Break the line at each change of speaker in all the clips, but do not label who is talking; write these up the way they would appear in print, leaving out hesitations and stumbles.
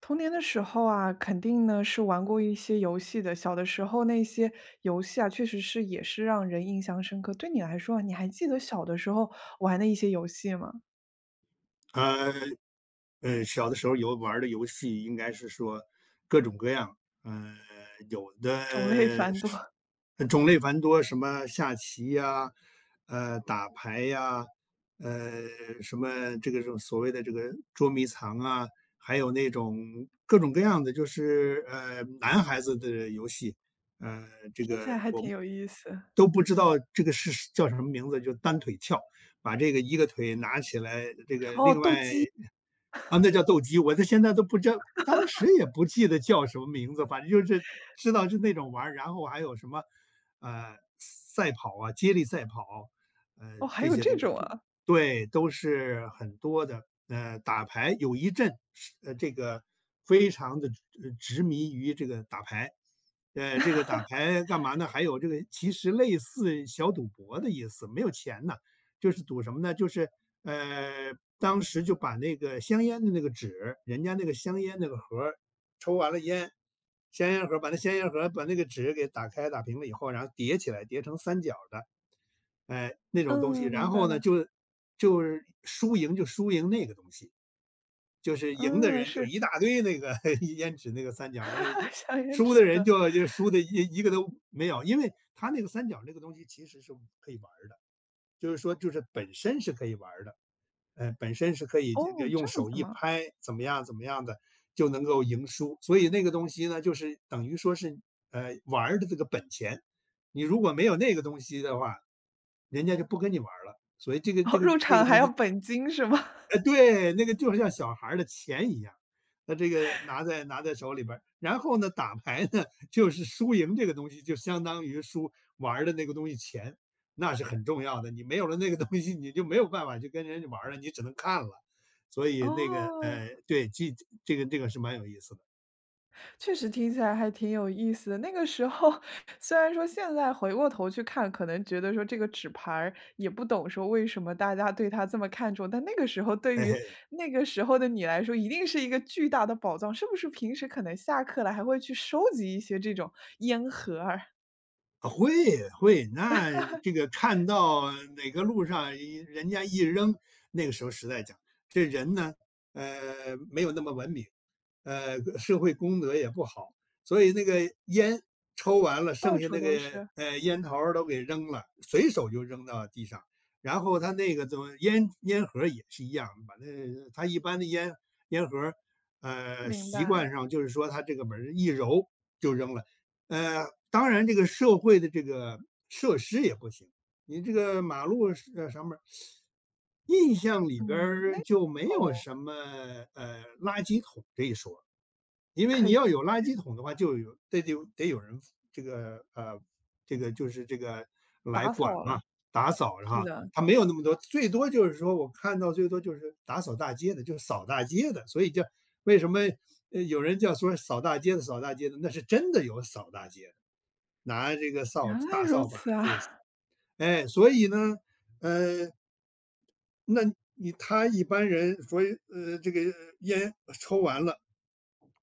童年的时候啊，肯定呢是玩过一些游戏的。小的时候那些游戏啊，确实是也是让人印象深刻。对你来说啊你还记得小的时候玩的一些游戏吗？
呃，小的时候有玩儿的游戏应该是说各种各样，呃，有
种类
的
繁多。
是种类繁多，什么下棋呀，打牌呀，呃，什么这个这种所谓的这个捉迷藏啊，还有那种各种各样的，就是男孩子的游戏，呃，这
听起来
个
还
我
挺
们
有意思。
都不知道这个是叫什么名字，就单腿跳，把这个一个腿拿起来，这个
哦，
另
斗
外
鸡。
啊，那叫斗鸡，我到现在都不知道，当时也不记得叫什么名字，反正就是知道是那种玩儿。然后还有什么赛跑啊，接力赛跑，
哦，还
这
有
些
这
东西。
种啊。
对，都是很多的。打牌有一阵是这个非常的执迷于这个打牌。这个打牌干嘛呢？还有这个其实类似小赌博的意思，没有钱呐。就是赌什么呢？就是呃，当时就把那个香烟的那个纸，人家那个香烟那个盒儿抽完了烟，香烟盒把那个纸给打开打平了以后，然后叠起来，叠成三角的，哎、那种东西。
嗯，明
然
白
后呢，
了。
就是就输赢那个东西，就是赢的
嗯，
人就
是。
一大堆那个 烟纸那个三 角，然
哈
后
哈，
一
香烟
输的
纸
人
盒。
就输的一个都没有，因为他那个三角那个东西其实是可以玩儿的。就是说本身是可以玩儿的，本身是可以这个
哦，
用
这样
手
子
一
吗？
拍，怎么样怎么样的就能够赢输。所以那个东西呢，就是等于说是玩儿的这个本钱。你如果没有那个东西的话，人家就不跟你玩儿了。所以这个
哦，
这个
入
那
场
个
还
东
要
西
本金是吗？
哎，对，那个就是像小孩儿的钱一样，那这个拿在手里边儿，然后呢，打牌呢，就是输赢这个东西，就相当于输玩儿的那个东西钱，那是很重要的。你没有了那个东西，你就没有办法去跟人家玩儿了，你只能看了。所 以那个，
哦。
对，这个是蛮有意思的。
确实听起来还挺有意思的。那个时候 虽然说现在回过头去看，可能觉得说这个纸牌儿也不懂说为什么大家对它这么看重，但那个时候 对于
哎。
那个时候的你来说，一定是一个巨大的宝藏。是不是平时可能下课了还会去收集一些这种烟盒儿，
啊，会，会。这个看到哪个路上一人家一扔，那个时候实在讲，这人呢，没有那么文明，社会公德也不好，所以那个烟抽完了，剩
到
下
处
那
都
个
是。
烟头儿都给扔了，随手就扔到地上。然后他那个怎么烟盒儿也是一样，把那他一般的烟烟盒儿，
明
习
白。
惯上就是说他这个门儿一揉就扔了。当然这个社会的这个设施也不行，你这个马路是上面儿印象里边
嗯，那
儿
时
就没有
候
什么垃圾桶这一说。因为
可
你
以
要有垃圾桶的话，就有得得有得有人这个这个就是这个来
打
管
扫了。
嘛，打扫
是
哈。
的。
他没有那么多，最多就是说我看到最多就是打扫大街的，就是扫大街的。所以叫为什么有人叫说扫大街的，那是真的有扫大街的，拿这个扫
原来
大
如
扫把
此
就是扫。
啊。
哎，所以呢，呃，那你他一般人所以这个烟抽完了，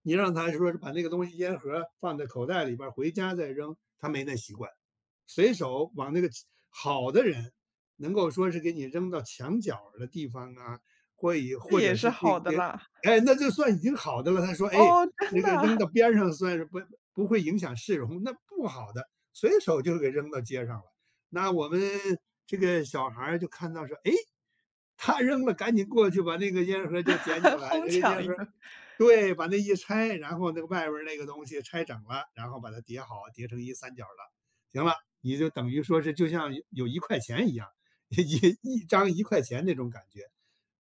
你让他说是把那个东西烟盒放在口袋里边回家再扔，他没那习惯，随手往那个好的人，能够说是给你扔到墙角的地方啊，或以
这
或
也
者
是
是那
好的
些，
啦。
哎，那就算已经好的了。他说，哎，
哦，真
那
的
个扔
啊。
到边上算是不会影响市容，那不好的随手就给扔到街上了。那我们这个小孩儿就看到说，哎，他扔了，赶紧过去把那个烟盒就捡起 来，
哄
那个
抢
烟
一
盒
个。
对，把那一拆，然后那个外边儿那个东西拆整了，然后把它叠好，叠成一三角了。行了，你就等于说是就像有一块钱一样，一张一块钱那种感觉。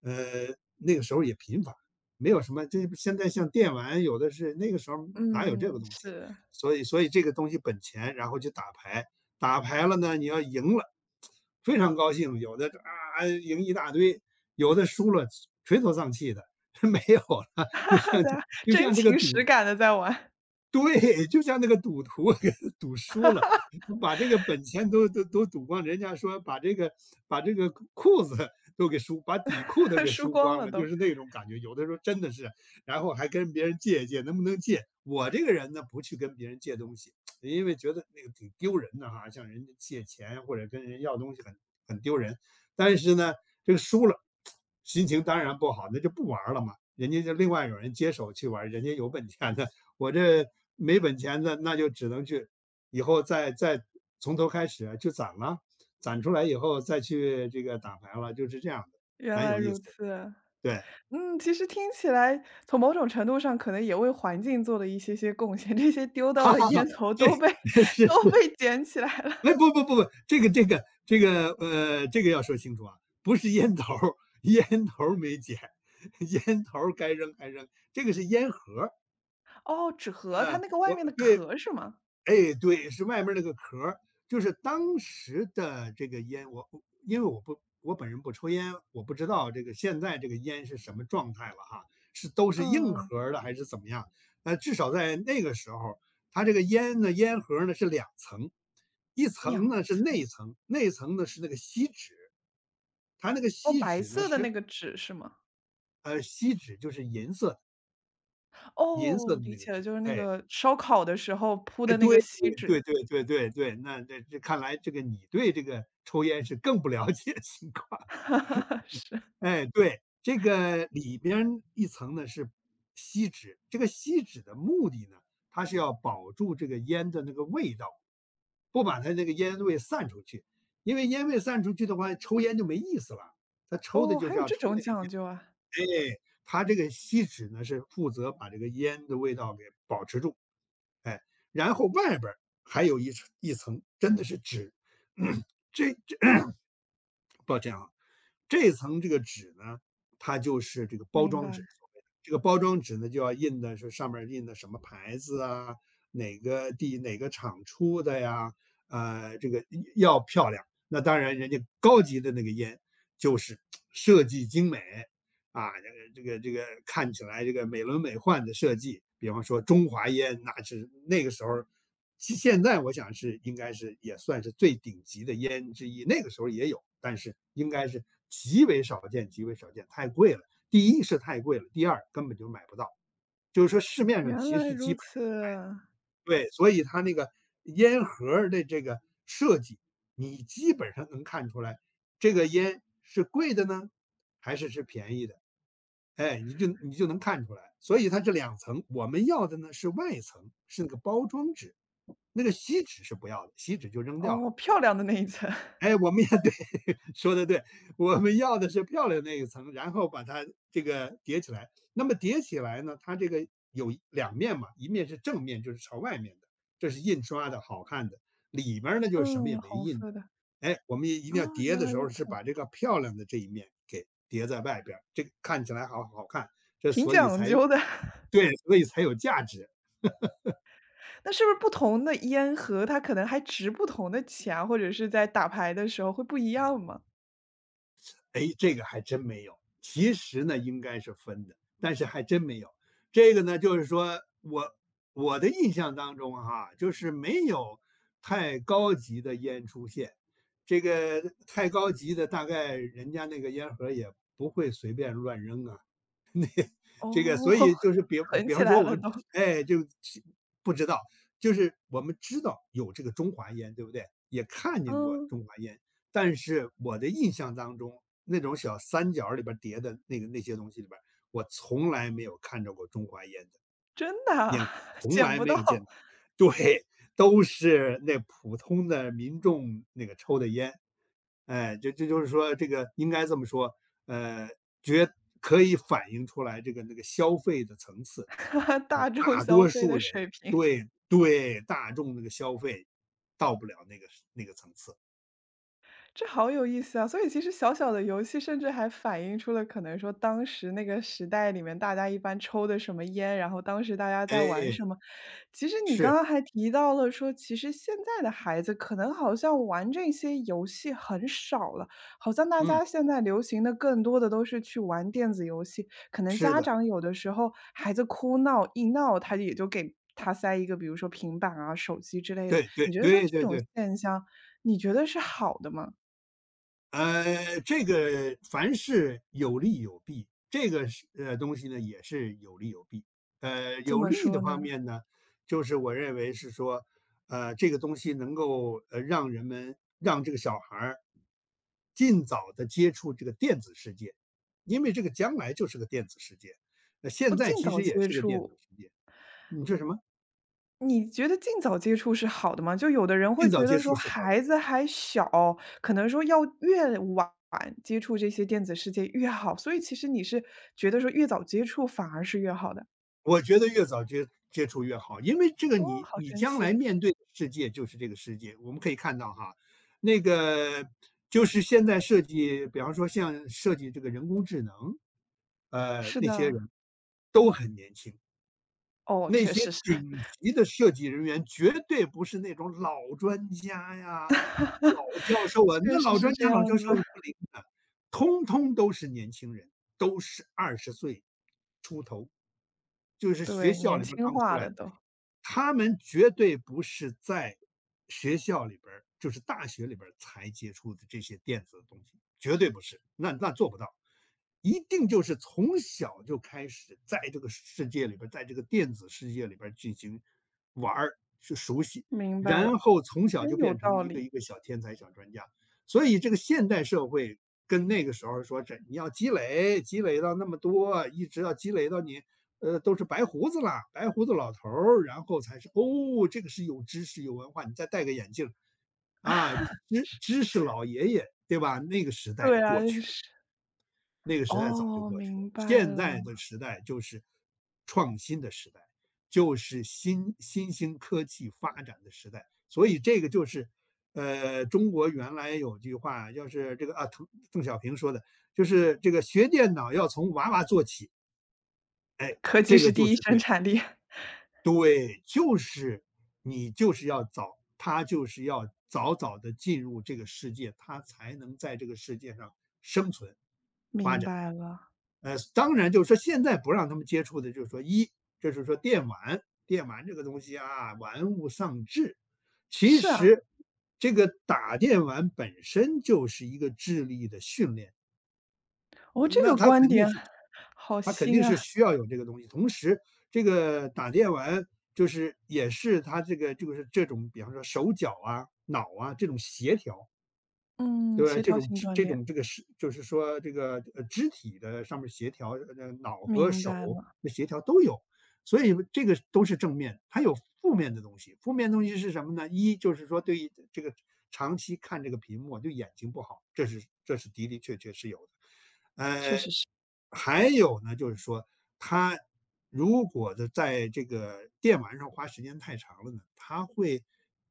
那个时候也频繁，没有什么，这现在像电玩有的是，那个时候哪有这个
嗯。
东西？
是。
所以，所以这个东西本钱，然后就打牌，打牌了呢，你要赢了，非常高兴，有的啊赢一大堆，有的输了垂头丧气的，没有了，就
大
像
家
就
真
像这个
情
赌
实感的在玩。
对，就像那个赌徒 赌输了，把这个本钱都赌光，人家说把这个裤子 都给输，把底裤都 给
输
输
光
光
了
了，就
都。
是那种感觉。有的时候真的是，然后还跟别人借一借，能不能借？我这个人呢，不去跟别人借东西，因为觉得那个挺丢人的哈，向人家借钱或者跟人要东西很丢人。但是呢，这个输了，心情当然不好，那就不玩了嘛。人家就另外有人接手去玩人家有本钱的，我这没本钱的，那就只能去以后再从头开始去攒了，攒出来以后再去这个打牌了，就是这样的，
原
蛮
来
有意
如
思的。
此。
对，
嗯，其实听起来从某种程度上可能也为环境做了一些些贡献，这些丢到
哈
的
哈哈，
烟头
这
都被
是是，
都被捡起来了。
哎，不，这个要说清楚啊，不是烟头儿，烟头儿没捡，烟头儿该扔还扔，这个是烟盒儿。
哦，纸盒，它
呃，
那个外
我
面的
对
壳是吗？
哎，对，是外面那个壳儿，就是当时的这个烟，我不因为我不我本人不抽烟，我不知道这个现在这个烟是什么状态了哈，是都是硬
嗯
壳儿的还是怎么样？至少在那个时候，它这个烟呢，烟盒儿呢是两层，一
两
层呢是内
层。
层，内层呢是那个锡纸，它那个
哦，
锡
白
纸呢
色的那
是
个纸是吗？
锡纸就是银色银色
哦，
的
理
那个
解了，
纸，
就是那个烧烤的时候铺
哎，
的那
对
个锡纸。
对，那这这看来这个你对这个抽烟是更不了解情况。
是。
哎，对，这个里边一层呢是锡纸，这个锡纸的目的呢，它是要保住这个烟的那个味道，不把它那个烟味散出去，因为烟味散出去的话，抽烟就没意思了。他抽的
哦，
就
还
是
有
要
这
抽那
种讲究啊。
个，哎，它这个锡纸呢是负责把这个烟的味道给保持住。哎，然后外边儿还有一层一层，真的是纸。这这 抱歉啊，这层这个纸呢，它就是这个包
明
装
白。
纸所谓的。这个包装纸呢，就要印的是上面印的什么牌子啊，哪个厂出的呀，这个要漂亮。那当然，人家高级的那个烟就是设计精美，啊，这个看起来这个美轮美奂的设计，比方说中华烟，那是那个时候，现在我想是应该是也算是最顶级的烟之一，那个时候也有，但是应该是极为少见，极为少见，太贵了。第一是太贵了，第二根本就买不到，就是说市面上
原
其
来
实基
如
本上的。
此。
对，所以它那个烟盒儿的这个设计，你基本上能看出来，这个烟是贵的呢，还是便宜的？哎，你就能看出来。所以它这两层，我们要的呢是外层，是那个包装纸，那个锡纸是不要的，锡纸就扔掉了。
哦，漂亮的那一层。
哎，我们也对，说的对，我们要的是漂亮那一层，然后把它这个叠起来。那么叠起来呢，它这个有两面嘛，一面是正面，就是朝外面的，这是印刷的好看的；里面呢就是什么也
嗯，
没
红
印
色
的。
的。
哎，我们也一定
啊，
要叠
原
的
来
时候
如
是
此，
把这个漂亮的这一面给叠在外边儿，这个看起来好好看，这
挺
所以
讲
才
究的。
对，所以才有价值。
那是不是不同的烟盒，它可能还值不同的钱啊，或者是在打牌的时候会不一样吗？
哎，这个还真没有。其实呢，应该是分的，但是还真没有。这个呢，就是说我的印象当中哈，就是没有太高级的烟出现。这个太高级的，大概人家那个烟盒也不会随便乱扔啊。这个
哦。
所以就是比
囤
比
起
方说
来
我
了
们
都。
哎，就不知道，就是我们知道有这个中华烟，对不对？也看见过
嗯，
中华烟，但是我的印象当中，那种小三角里边叠的那个那些东西里边我从来没有看着过中华烟的。
真的
也
啊
从
捡
来
不
没有见
到。
过。对，都是那普通的民众那个抽的烟。哎，这就是说这个应该这么说，呃，觉可以反映出来这个那个消费的层次。
大众
大
消
多
费
数
的
人。
水平。
对对，大众那个消费到不了那个层次。
这好有意思啊！所以其实小小的游戏，甚至还反映出了可能说当时那个时代里面，大家一般抽的什么烟，然后当时大家在玩
哎，
什么。其实你刚
是，
刚还提到了说，其实现在的孩子可能好像玩这些游戏很少了，好像大
嗯，
家现在流行的更多的都是去玩电子游戏。可能
是
家
的，
长有的时候孩子哭闹一闹，他也就给他塞一个，比如说平板啊、手机之类的。
对对
你觉得说
对
这
对
种
对。
现象，你觉得是好的吗？
这个凡事有利有弊，这个东西呢也是有利有弊。
怎
有
么
利的
说
方
呢？
面呢，就是我认为是说，这个东西能够呃让人们让这个小孩儿尽早的接触这个电子世界，因为这个将来就是个电子世界，那
不
现在
尽
其
早
实也
接
是个电子
触。
世界。你说什么？
你觉得尽早接触是好的吗？就有的人会
尽早
觉
接
得
触
说
是好的。
孩子还小，可能说要越晚接触这些电子世界越好，所以其实你是觉得说越早接触反而是越好的。
我觉得越早接触越好，因为这个
哦，
你
好
你
神
将
奇。
来面对的世界就是这个世界。我们可以看到哈，那个就是现在设计，比方说像设计这个人工智能，
是
那些
的。
人都很年轻，
哦，
那
确
些
实是。
顶级的设计人员绝对不是那种老专家呀、老 教授啊，
确
那
实
老
是
专
这
家、
样
老教授
子。
不灵的，通通都是年轻人，都是20岁，就是学
对，
校
年
里边
轻
刚出
化
来
了
的。
都。
他们绝对不是在学校里边儿，就是大学里边儿才接触的这些电子的东西，绝对不是，那做不到。一定就是从小就开始在这个世界里边儿，在这个电子世界里边儿进行玩儿，去熟悉，
明白了。
然后从
哎，
小就
有
变成
道
一个
理。
一个小天才、小专家。所以这个现代社会跟那个时候说，这你要积累，积累到那么多，一直要积累到你都是白胡子啦，白胡子老头儿，然后才是哦，这个是有知识、有文化。你再戴个眼镜啊，知识老爷爷，对吧？那个时代
对啊，
过
就
去了，
是。
那个时代早就
哦，
过去了。
明白
现
了。
在的时代就是创新的时代，就是新兴科技发展的时代。所以这个就是，中国原来有句话，要是这个啊，邓小平说的，就是这个学电脑要从娃娃做起，
科技
这个
是
就
第一
是
生
对。
产力。
对，就是你就是要早，他就是要早早的进入这个世界，他才能在这个世界上生存发
明
展。
白了。
当然就是说现在不让他们接触的，就是说一，就是说电玩，电玩这个东西啊，玩物丧志。其
是啊。
实这个打电玩本身就是一个智力的训练，那
哦，这
那
个
他
观
肯定
点
是
好
他肯定
新
是
啊。
需要有这个东西。同时，这个打电玩就是也是他这个就是这种，比方说手脚啊、脑啊这种协调，
嗯，
对吧？
协调性锻
这
炼。
种这个是就是说这个肢体的上面协调，脑和
明
手
白了。
的协调都有，所以这个都是正面。它有负面的东西，负面东西是什么呢？一就是说对于这个长期看这个屏幕就对眼睛不好，这是的的确确是有的。
确
呃，
实是。
还有呢，就是说他如果的在这个电玩上花时间太长了呢，他会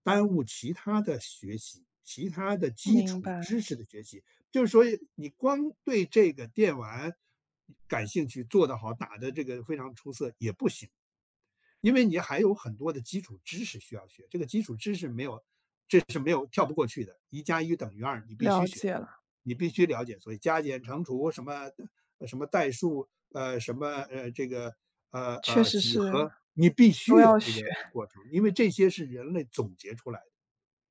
耽误其他的学习，其他的基
明
础
白。
知识的学习。就是说，你光对这个电玩感兴趣，做得好，打的这个非常出色也不行，因为你还有很多的基础知识需要学，这个基础知识没有一加一等于二，你必须
了
学，
解了。
你必须了解。所以加减乘除什么什么代数，什么这个
确实
几
是。
何，你必
都
须有
要
这
学。
个过程，因为这些是人类总结出来的，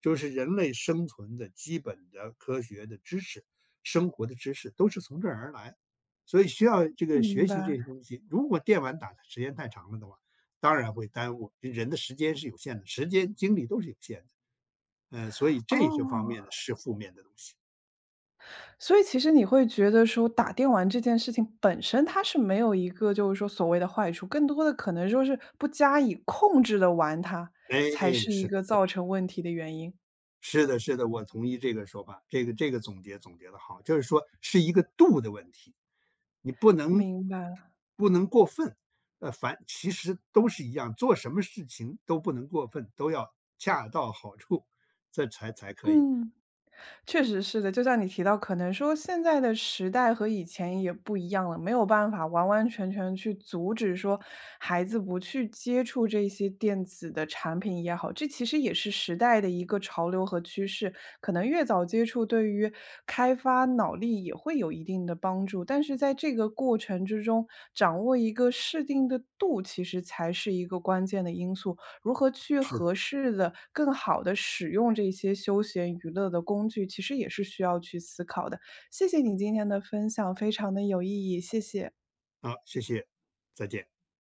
就是人类生存的基本的科学的知识、生活的知识都是从这儿而来。所以需要这个学
明
习
白。
这些东西。如果电玩打的时间太长了的话，当然会耽误人的时间是有限的，时间精力都是有限的。所以这些方
哦，
面的是负面的东西。
所以其实你会觉得说打电玩这件事情本身它是没有一个就是说所谓的坏处，更多的可能说是不加以控制的玩它，
哎，
才是
是
一
的，
个
是的，
造成问题的原因。
是的，是的，我同意这个说法，这个总结总结的好，就是说是一个度的问题，你不能
明白了。
不能过分，凡其实都是一样，做什么事情都不能过分，都要恰到好处，这才可以。
嗯。确实是的，就像你提到，可能说现在的时代和以前也不一样了，没有办法完完全全去阻止说孩子不去接触这些电子的产品也好，这其实也是时代的一个潮流和趋势。可能越早接触，对于开发脑力也会有一定的帮助，但是在这个过程之中，掌握一个适定的度，其实才是一个关键的因素。如何去
是的，
合适的、更好的使用这些休闲娱乐的工具，其实也是需要去思考的。谢谢你今天的分享，非常的有意义，谢谢。
好，谢谢，再见。